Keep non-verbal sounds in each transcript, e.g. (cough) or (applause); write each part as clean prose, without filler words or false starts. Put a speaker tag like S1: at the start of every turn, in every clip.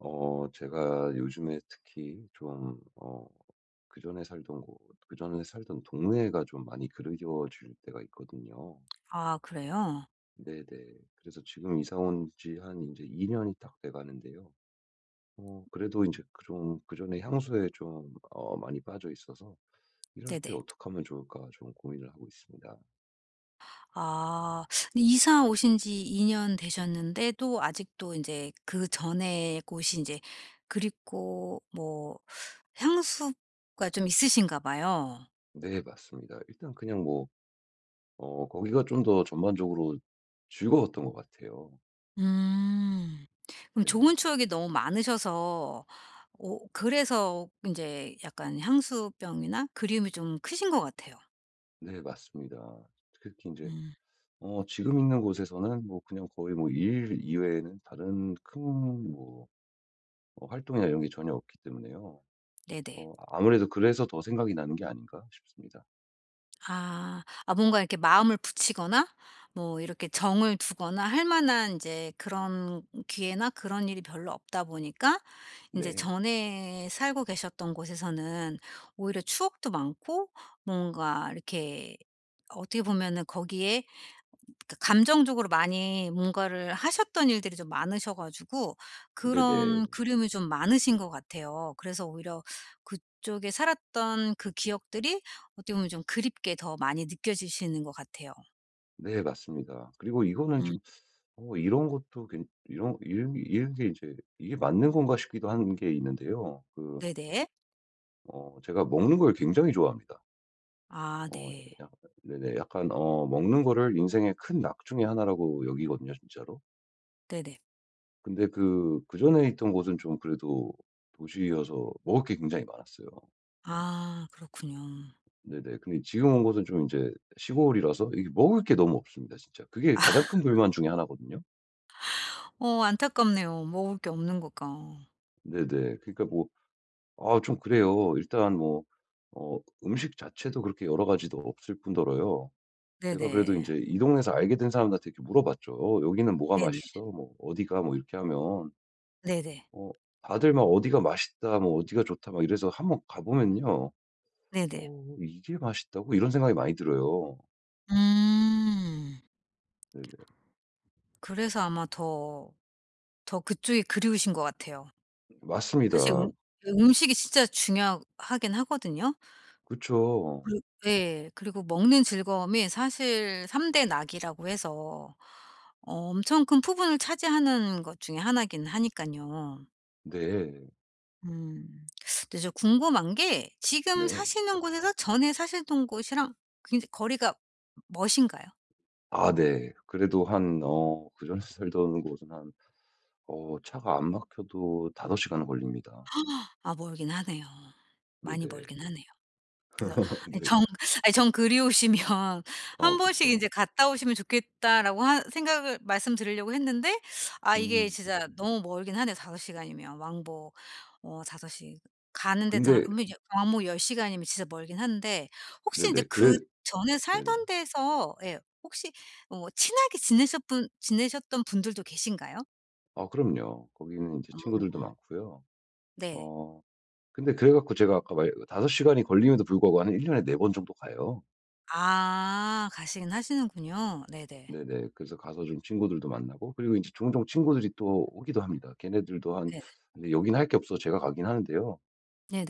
S1: 제가 요즘에 특히 좀 그전에 살던 곳 그전에 살던 동네가 좀 많이 그리워질 때가 있거든요.
S2: 아 그래요?
S1: 네네. 그래서 지금 이사 온 지 한 이제 이제2 년이 딱 돼 가는데요. 그래도 이제 좀 그전에 향수에 좀 많이 빠져 있어서 이럴 때
S2: 네네.
S1: 어떻게 하면 좋을까 좀 고민을 하고 있습니다.
S2: 아 근데 이사 오신 지 2년 되셨는데도 아직도 이제 그전의 곳이 이제 그립고 뭐 향수가 좀 있으신가 봐요.
S1: 네 맞습니다. 일단 그냥 뭐 거기가 좀 더 전반적으로 즐거웠던 것 같아요.
S2: 음. 그럼
S1: 네네.
S2: 좋은 추억이 너무 많으셔서 오 그래서 이제 약간 향수병이나 그리움이 좀 크신 것 같아요.
S1: 네 맞습니다. 특히 이제
S2: 음
S1: 지금 있는 곳에서는 뭐 그냥 거의 뭐 일 이외에는 다른 큰 뭐 활동이나 이런 게 전혀 없기 때문에요.
S2: 네네.
S1: 아무래도 그래서 더 생각이 나는 게 아닌가 싶습니다.
S2: 아. 아 뭔가 이렇게 마음을 붙이거나 뭐 이렇게 정을 두거나 할 만한 이제 그런 기회나 그런 일이 별로 없다 보니까 이제
S1: 네.
S2: 전에 살고 계셨던 곳에서는 오히려 추억도 많고 뭔가 이렇게 어떻게 보면은 거기에 그 감정적으로 많이 뭔가를 하셨던 일들이 좀 많으셔 가지고
S1: 네네.
S2: 그런 그리움이 좀 많으신 것 같아요. 그래서 오히려 그쪽에 살았던 그 기억들이 어떻게 보면 좀 그립게 더 많이 느껴지시는 것 같아요.
S1: 네 맞습니다. 그리고 이거는
S2: 음
S1: 좀 이런 것도 괜 이런 게 이제 이게 맞는 건가 싶기도 한 게 있는데요.
S2: 네네.
S1: 제가 먹는 걸 굉장히 좋아합니다.
S2: 아
S1: 어
S2: 네.
S1: 약 네네. 약간 먹는 거를 인생의 큰 낙 중에 하나라고 여기거든요 진짜로.
S2: 네네.
S1: 근데 그전에 있던 곳은 좀 그래도 도시여서 먹을 게 굉장히 많았어요.
S2: 아 그렇군요.
S1: 네네. 근데 지금 온 곳은 좀 이제 시골이라서 이게 먹을 게 너무 없습니다 진짜. 그게 가장
S2: (laughs)
S1: 큰 불만 중에 하나거든요.
S2: 어 안타깝네요. 먹을 게 없는 것과.
S1: 네네. 그러니까 뭐 아 좀 그래요. 일단 뭐 어 음식 자체도 그렇게 여러 가지도 없을 뿐더러요. 제가 그래도 이
S2: 네네.
S1: 제 이 동네에서 알게 된 사람들한테 이렇게 물어봤죠. "어 여기는 뭐가
S2: 네네.
S1: 맛있어? 뭐 어디가?" 뭐 이렇게 하면
S2: 네네.
S1: 어 다들 막 "어디가 맛있다." 뭐 "어디가 좋다." 막 이래서 한번 가 보면요.
S2: 네네.
S1: '이게 맛있다고?' 이런 생각이 많이 들어요.
S2: 음.
S1: 네네.
S2: 그래서 아마 더 그쪽이 그리우신 것 같아요. 사실
S1: 맞습니다.
S2: 그 음식이 진짜 중요하긴 하거든요.
S1: 그쵸.
S2: 예. 그리고 먹는 즐거움이 사실 3대 낙이라고 해서 엄청 큰 부분을 차지하는 것 중에 하나긴 하니까요.
S1: 네.
S2: 음. 근데 저 궁금한 게 지금
S1: 네.
S2: 사시는 곳에서 전에 사시던 곳이랑 굉장히 거리가 멋인가요?
S1: 아 네. 그래도 한 그전에 살던 곳은 한 차가 안 막혀도 5 시간은 걸립니다.
S2: 아 멀긴 하네요. 많이
S1: 네네.
S2: 멀긴 하네. 요. 그래서
S1: (laughs)
S2: 아니
S1: 네.
S2: 정 아니 정 그리우시면 (laughs) 한 번씩
S1: 그쵸.
S2: 인제 "갔다 오시면 좋겠다."라고 하 생각을 말씀드리려고 했는데 아 이게
S1: 음.
S2: 진짜 너무 멀긴 하네요. 5시간 시간이면 왕복 5 시 가는데 다
S1: 근데
S2: 뭐 이제 왕복 10시간 시간이면 진짜 멀긴 한데 혹시 인제
S1: 네네. 그래
S2: 그전에
S1: 네네.
S2: 살던 데서 예, 혹시 친하게 지내셨분 지내셨던 분들도 계신가요?
S1: 아 그럼요. 거기는 이제
S2: 음,
S1: 친구들도 많고요.
S2: 네.
S1: 어 근데 그래 갖고 제가 아까 말 5 시간이 걸림에도 불구하고 한 1 년에 4번 정도 가요.
S2: 아 가시긴 하시는군요. 네네.
S1: 네네. 그래서 가서 좀 친구들도 만나고 그리고 이제 종종 친구들이 또 오기도 합니다. 걔네들도 한
S2: 네.
S1: 근데 "여긴 할 게 없어." 제가 가긴 하는데요.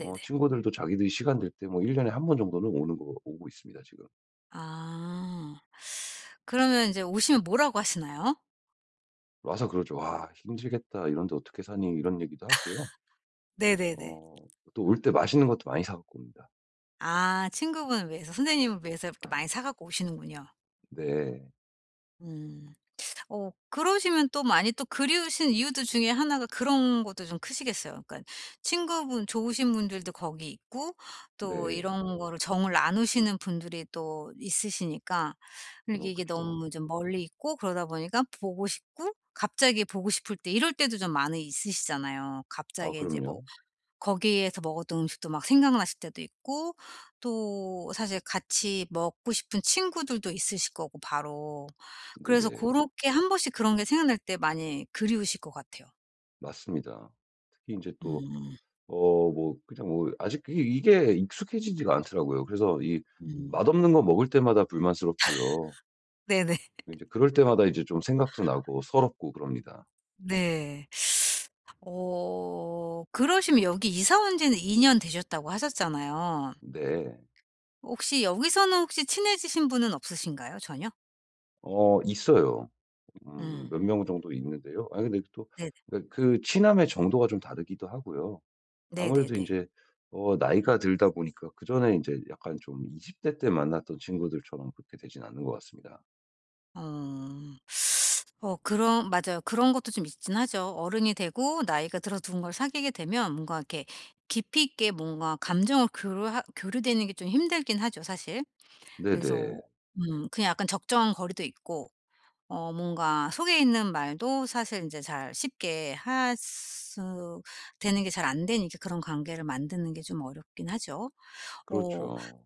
S1: 친구들도 자기들이 시간 될 때 뭐 1 년에 한 번 정도는 오는 거 오고 있습니다 지금.
S2: 아. 그러면 이제 오시면 뭐라고 하시나요?
S1: 와서 그러죠. "와 힘들겠다. 이런데 어떻게 사니?" 이런 얘기도 하고요.
S2: 네네네.
S1: 어 또 올 때 맛있는 것도 많이 사 갖고 옵니다.
S2: 아 친구분을 위해서 선생님을 위해서 이렇게 많이 사 갖고 오시는군요.
S1: 네.
S2: 음. 어 그러시면 또 많이 또 그리우신 이유들 중에 하나가 그런 것도 좀 크시겠어요. 그러니까 친구분 좋으신 분들도 거기 있고 또
S1: 네.
S2: 이런 거를 정을 나누시는 분들이 또 있으시니까 이게 이게
S1: 그쵸.
S2: 너무 좀 멀리 있고 그러다 보니까 보고 싶고, 갑자기 보고 싶을 때, 이럴 때도 좀 많이 있으시잖아요.
S1: 아
S2: 갑자기 인제 뭐
S1: 그럼요.
S2: 거기에서 먹었던 음식도 막 생각나실 때도 있고 또 사실 같이 먹고 싶은 친구들도 있으실 거고 바로. 그래서 그
S1: 네네.
S2: 렇게 한 번씩 그런 게 생각날 때 많이 그리우실 것 같아요.
S1: 맞습니다. 특히 이제또
S2: 음.
S1: 뭐 그냥 뭐 아직 그게 이게 익숙해지지가 않더라고요. 그래서 이
S2: 음.
S1: 맛없는 거 먹을 때마다 불만스럽고요.
S2: 네네.
S1: 이
S2: (laughs)
S1: 제 그럴 때마다 이제 좀 생각도 나고 서럽고 그럽니다.
S2: 네. 어 그러시면 여기 이사 온 지는 2년 되셨다고 하셨잖아요.
S1: 네.
S2: 혹시 여기서는 혹시 친해지신 분은 없으신가요? 전혀?
S1: 있어요.
S2: 음.
S1: 몇 명 정도 있는데요. 아 근데 또
S2: 네네.
S1: 그러니까 그 친함의 정도가 좀 다르기도 하고요. 아무래도 이
S2: 네네네.
S1: 제 나이가 들다 보니까 그전에 이제 약간 좀 20대 때 만났던 친구들처럼 그렇게 되진 않는 것 같습니다.
S2: 어. 어 그런, 맞아요. 그런 것도 좀 있긴 하죠. 어른이 되고 나이가 들어 누군가를 사귀게 되면 뭔가 이렇게 깊이 있게 뭔가 감정을 교류 교류되는 게 좀 힘들긴 하죠 사실. 그래서
S1: 네네.
S2: 그냥 약간 적정 거리도 있고 뭔가 속에 있는 말도 사실 이제 잘 쉽게 할 수 되는 게 잘 안 되니까 그런 관계를 만드는 게 좀 어렵긴 하죠. 어
S1: 그렇죠.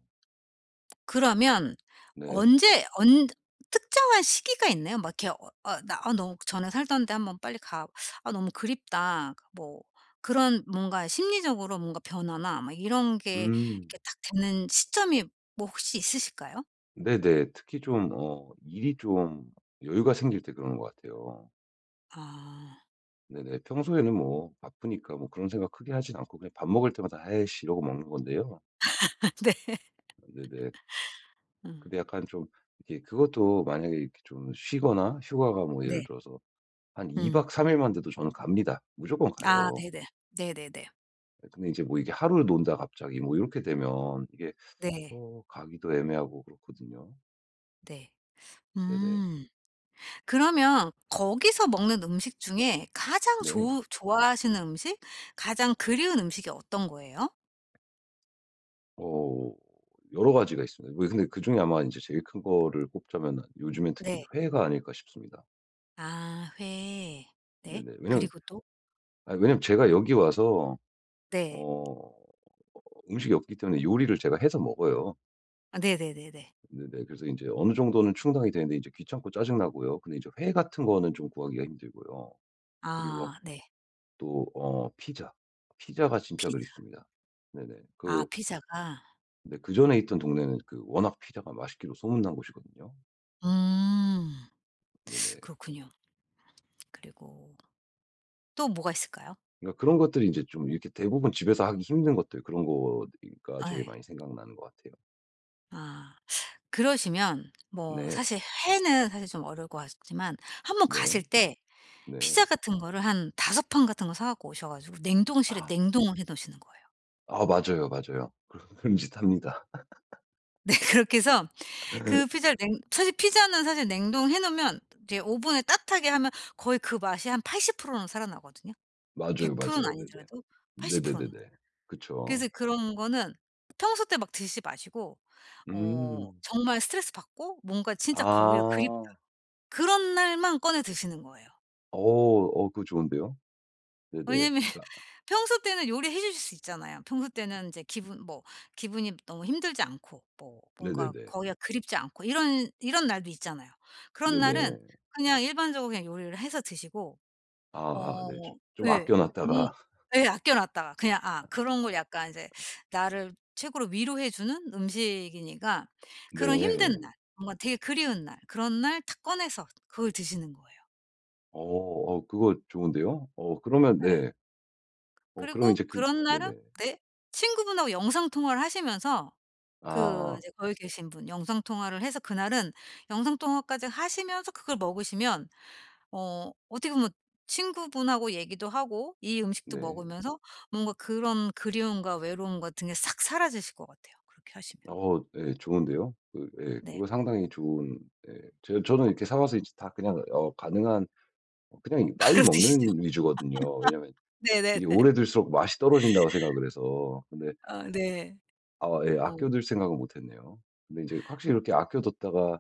S2: 그러면
S1: 네.
S2: 언제 언 특정한 시기가 있나요? 막 이렇게 나 '아 너무 전에 살던 데 한번 빨리 가, 아 너무 그립다.' 뭐 그런 뭔가 심리적으로 뭔가 변화나 막 이런 게
S1: 음.
S2: 이렇게 딱 되는 시점이 뭐 혹시 있으실까요?
S1: 네네. 특히 좀 일이 좀 여유가 생길 때 그러는 것 같아요.
S2: 아
S1: 네네. 평소에는 뭐 바쁘니까 뭐 그런 생각 크게 하진 않고 그냥 밥 먹을 때마다 "아이씨." 이러고 먹는 건데요.
S2: (laughs) 네.
S1: 네네.
S2: 음.
S1: 근데 약간 좀 이렇게 그것도 만약에 이렇게 좀 쉬거나 휴가가 뭐 예를
S2: 네.
S1: 들어서 한 2
S2: 음.
S1: 박 3 일만 돼도 저는 갑니다. 무조건
S2: 아
S1: 가요.
S2: 네네. 네네네.
S1: 예 근데 이제 뭐 이게 하루를 논다 갑자기 뭐 이렇게 되면 이게
S2: 네.
S1: 가기도 애매하고 그렇거든요.
S2: 네.
S1: 네네.
S2: 음. 그러면 거기서 먹는 음식 중에 가장
S1: 네.
S2: 좋 좋아하시는 음식, 가장 그리운 음식이 어떤 거예요?
S1: 어 여러 가지가 있습니다. 뭐 근데 그중에 아마 이제 제일 큰 거를 꼽자면 요즘엔 특히
S2: 네.
S1: 회가 아닐까 싶습니다.
S2: 아 회. 네.
S1: 네네.
S2: 그리고 또?
S1: 왜냐면 제가 여기 와서
S2: 네.
S1: 어 음식이 없기 때문에 요리를 제가 해서 먹어요.
S2: 아 네네네네.
S1: 네네. 그래서 이제 어느 정도는 충당이 되는데 이제 귀찮고 짜증 나고요. 근데 이제 회 같은 거는 좀 구하기가 힘들고요. 그리고
S2: 아 네.
S1: 또 피자. 피자가 진짜
S2: 피자.
S1: 그립습니다. 네네.
S2: 아 피자가.
S1: 근데 그전에 있던 동네는 그 워낙 피자가 맛있기로 소문난 곳이거든요.
S2: 음.
S1: 네네.
S2: 그렇군요. 그리고 또 뭐가 있을까요?
S1: 그러니까 그런 것들이 이제 좀 이렇게 대부분 집에서 하기 힘든 것들 그런 거가
S2: 아
S1: 제일
S2: 예.
S1: 많이 생각나는 것 같아요.
S2: 아. 그러시면 뭐
S1: 네.
S2: 사실 회는 사실 좀 어려울 것 같지만 한 번 가실
S1: 네.
S2: 때
S1: 네.
S2: 피자 같은 거를 한 다섯 판 같은 거 사 갖고 오셔 가지고 냉동실에
S1: 아.
S2: 냉동을 해 놓으시는 거예요.
S1: 아 맞아요, 맞아요. (laughs) 그런 짓 합니다.
S2: (laughs) 네 그렇게 해서 그
S1: (laughs)
S2: 피자를 냉 사실 피자는 사실 냉동해 놓으면 이제 오븐에 따뜻하게 하면 거의 그 맛이 한 80%는 살아나거든요.
S1: 맞아요,
S2: 100%는
S1: 맞아요. 네네.
S2: 아니더라도 80% 는.
S1: 네네네네. 그쵸.
S2: 그래서 그런 거는 평소 때 막 드시지 마시고
S1: 음.
S2: 정말 스트레스받고 뭔가 진짜 거기가 그립다,
S1: 아.
S2: 그런 날만 꺼내 드시는 거예요.
S1: 그거 좋은데요. 네네.
S2: 왜냐면 (laughs)
S1: 아,
S2: 평소 때는 요리해 주실 수 있잖아요. 평소 때는 이제 기분 뭐 기분이 너무 힘들지 않고 뭐 뭔가
S1: 네네네.
S2: 거기가 그립지 않고, 이런 날도 있잖아요. 그런 날은
S1: 네네.
S2: 그냥 일반적으로 그냥 요리를 해서 드시고
S1: 아아
S2: 어
S1: 네. 좀
S2: 예.
S1: 아껴
S2: 뭐
S1: 놨다가
S2: 예. 아껴 놨다가 그냥 아 그런 걸 약간 이제 나를 최고로 위로해 주는 음식이니까
S1: (laughs)
S2: 그런 힘든
S1: 네.
S2: 날, 뭔가 되게 그리운 날, 그런 날 탁 꺼내서 그걸 드시는 거예요.
S1: 그거 좋은데요. 그러면
S2: 예.
S1: 네. 그럼
S2: 그리고
S1: 이제
S2: 그런 날은,
S1: 네네.
S2: 네, 친구분하고 영상 통화를 하시면서 그
S1: 아.
S2: 이제 거기 계신 분 영상 통화를 해서 그날은 영상 통화까지 하시면서 그걸 먹으시면 어떻게 보면 친구분하고 얘기도 하고 이 음식도
S1: 네.
S2: 먹으면서 뭔가 그런 그리움과 외로움 같은 게 싹 사라지실 것 같아요 그렇게 하시면.
S1: 예 좋은데요. 예
S2: 네.
S1: 그거 상당히 좋은 예 저는 이렇게 사 와서 이제 다 그냥 가능한 그냥
S2: (laughs)
S1: 빨리
S2: 바로 드시죠.
S1: 먹는 위주거든요. 왜냐면
S2: 네네네.
S1: 이게 오래 둘수록 맛이 떨어진다고 생각을 해서. 근데
S2: 어 네.
S1: 아 예
S2: 어
S1: 아껴둘 생각은 못 했네요. 근데 이제 확실히 이렇게 아껴뒀다가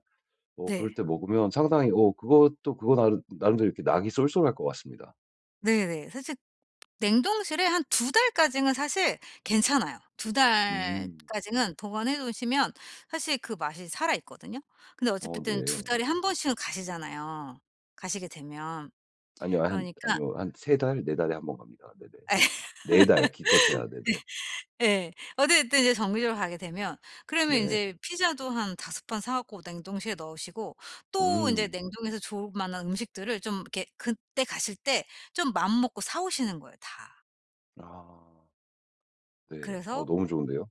S2: 네.
S1: 그럴 때 먹으면 상당히 그것도 그거 나름 나름대로 이렇게 낙이 쏠쏠할 것 같습니다.
S2: 네네. 사실 냉동실에 한 두 달까지는 사실 괜찮아요. 두
S1: 음.
S2: 달까지는 보관해 놓으시면 사실 그 맛이 살아있거든요. 근데 어차피 든
S1: 네.
S2: 두 달에 한 번씩은 가시잖아요, 가시게 되면.
S1: 아니요. 한
S2: 그러니까
S1: 아니요. 한 3달, 네 달에 한 번 갑니다. 네네.
S2: (laughs)
S1: 4달 기껏해야 네네.
S2: 예 예. 어디든 이제 정기적으로 가게 되면 그러면
S1: 네.
S2: 인제 피자도 한 다섯 판 사 갖고 냉동실에 넣으시고 또 인제
S1: 음.
S2: 냉동해서 좋을 만한 음식들을 좀 이렇게 그때 가실 때 좀 마음먹고 사 오시는 거예요, 다.
S1: 아. 네.
S2: 그래서,
S1: 너무 좋은데요.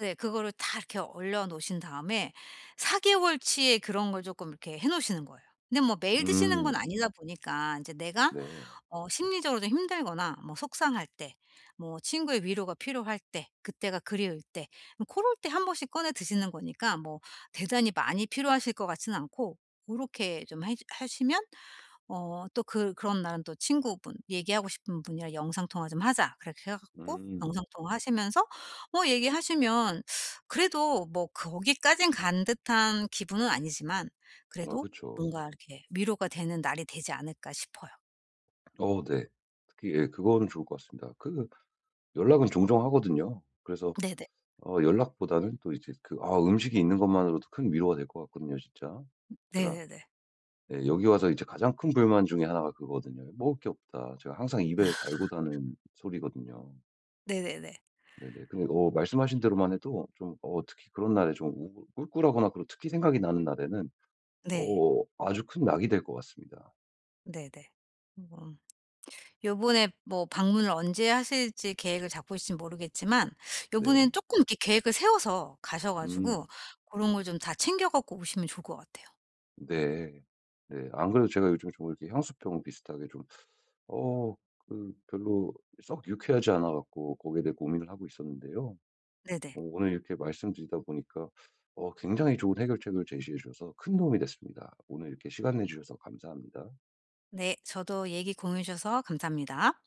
S2: 네. 그거를 다 이렇게 얼려 놓으신 다음에 4개월 개월 치의 그런 걸 쪼끔 이렇게 해 놓으시는 거예요. 근데 뭐 매일 드시는 건
S1: 음.
S2: 아니다 보니까 인제 내가
S1: 네.
S2: 심리적으로 좀 힘들거나 뭐 속상할 때, 뭐 친구의 위로가 필요할 때, 그때가 그리울 때, 고럴 때 한 번씩 꺼내 드시는 거니까 뭐 대단히 많이 필요하실 것 같진 않고, 고렇게 좀 해 하시면 또 그런 날은 또 친구분 얘기하고 싶은 분이랑 "영상 통화 좀 하자." 그렇게 해 갖고
S1: 음.
S2: 영상 통화하시면서 뭐 얘기하시면 그래도 뭐 거기까진 간 듯한 기분은 아니지만
S1: 아
S2: 그래도
S1: 그쵸.
S2: 뭔가 이렇게 위로가 되는 날이 되지 않을까 싶어요.
S1: 네. 특히 예 그거는 좋을 것 같습니다. 연락은 종종 하거든요. 그래서
S2: 네네.
S1: 연락보다는 또 이제 음식이 있는 것만으로도 큰 위로가 될 것 같거든요 진짜. 제가
S2: 네네네.
S1: 예 여기 와서 이제 가장 큰 불만 중에 하나가 그거거든요. "먹을 게 없다." 제가 항상 입에 달고 다는 소리거든요.
S2: 네네네.
S1: 네네. 근데 말씀하신 대로만 해도 좀 특히 그런 날에 좀 우울 꿀꿀하거나 그리고 특히 생각이 나는 날에는
S2: 네.
S1: 아주 큰 낙이 될 것 같습니다.
S2: 네네. 음. 요번에 뭐 방문을 언제 하실지 계획을 잡고 있을진 모르겠지만 요번엔
S1: 네.
S2: 쪼끔 이렇게 계획을 세워서 가셔
S1: 음
S2: 가지고 고런 걸 좀 다 챙겨 갖고 오시면 좋을 것 같아요.
S1: 네. 네. 안 그래도 제가 요즘 좀 이렇게 향수병 비슷하게 좀 어 별로 썩 유쾌하지 않아 갖고 거기에 대해 고민을 하고 있었는데요.
S2: 네네.
S1: 오늘 이렇게 말씀드리다 보니까 굉장히 좋은 해결책을 제시해 주셔서 큰 도움이 됐습니다. 오늘 이렇게 시간 내 주셔서 감사합니다.
S2: 네. 저도 얘기 공유해 주셔서 감사합니다.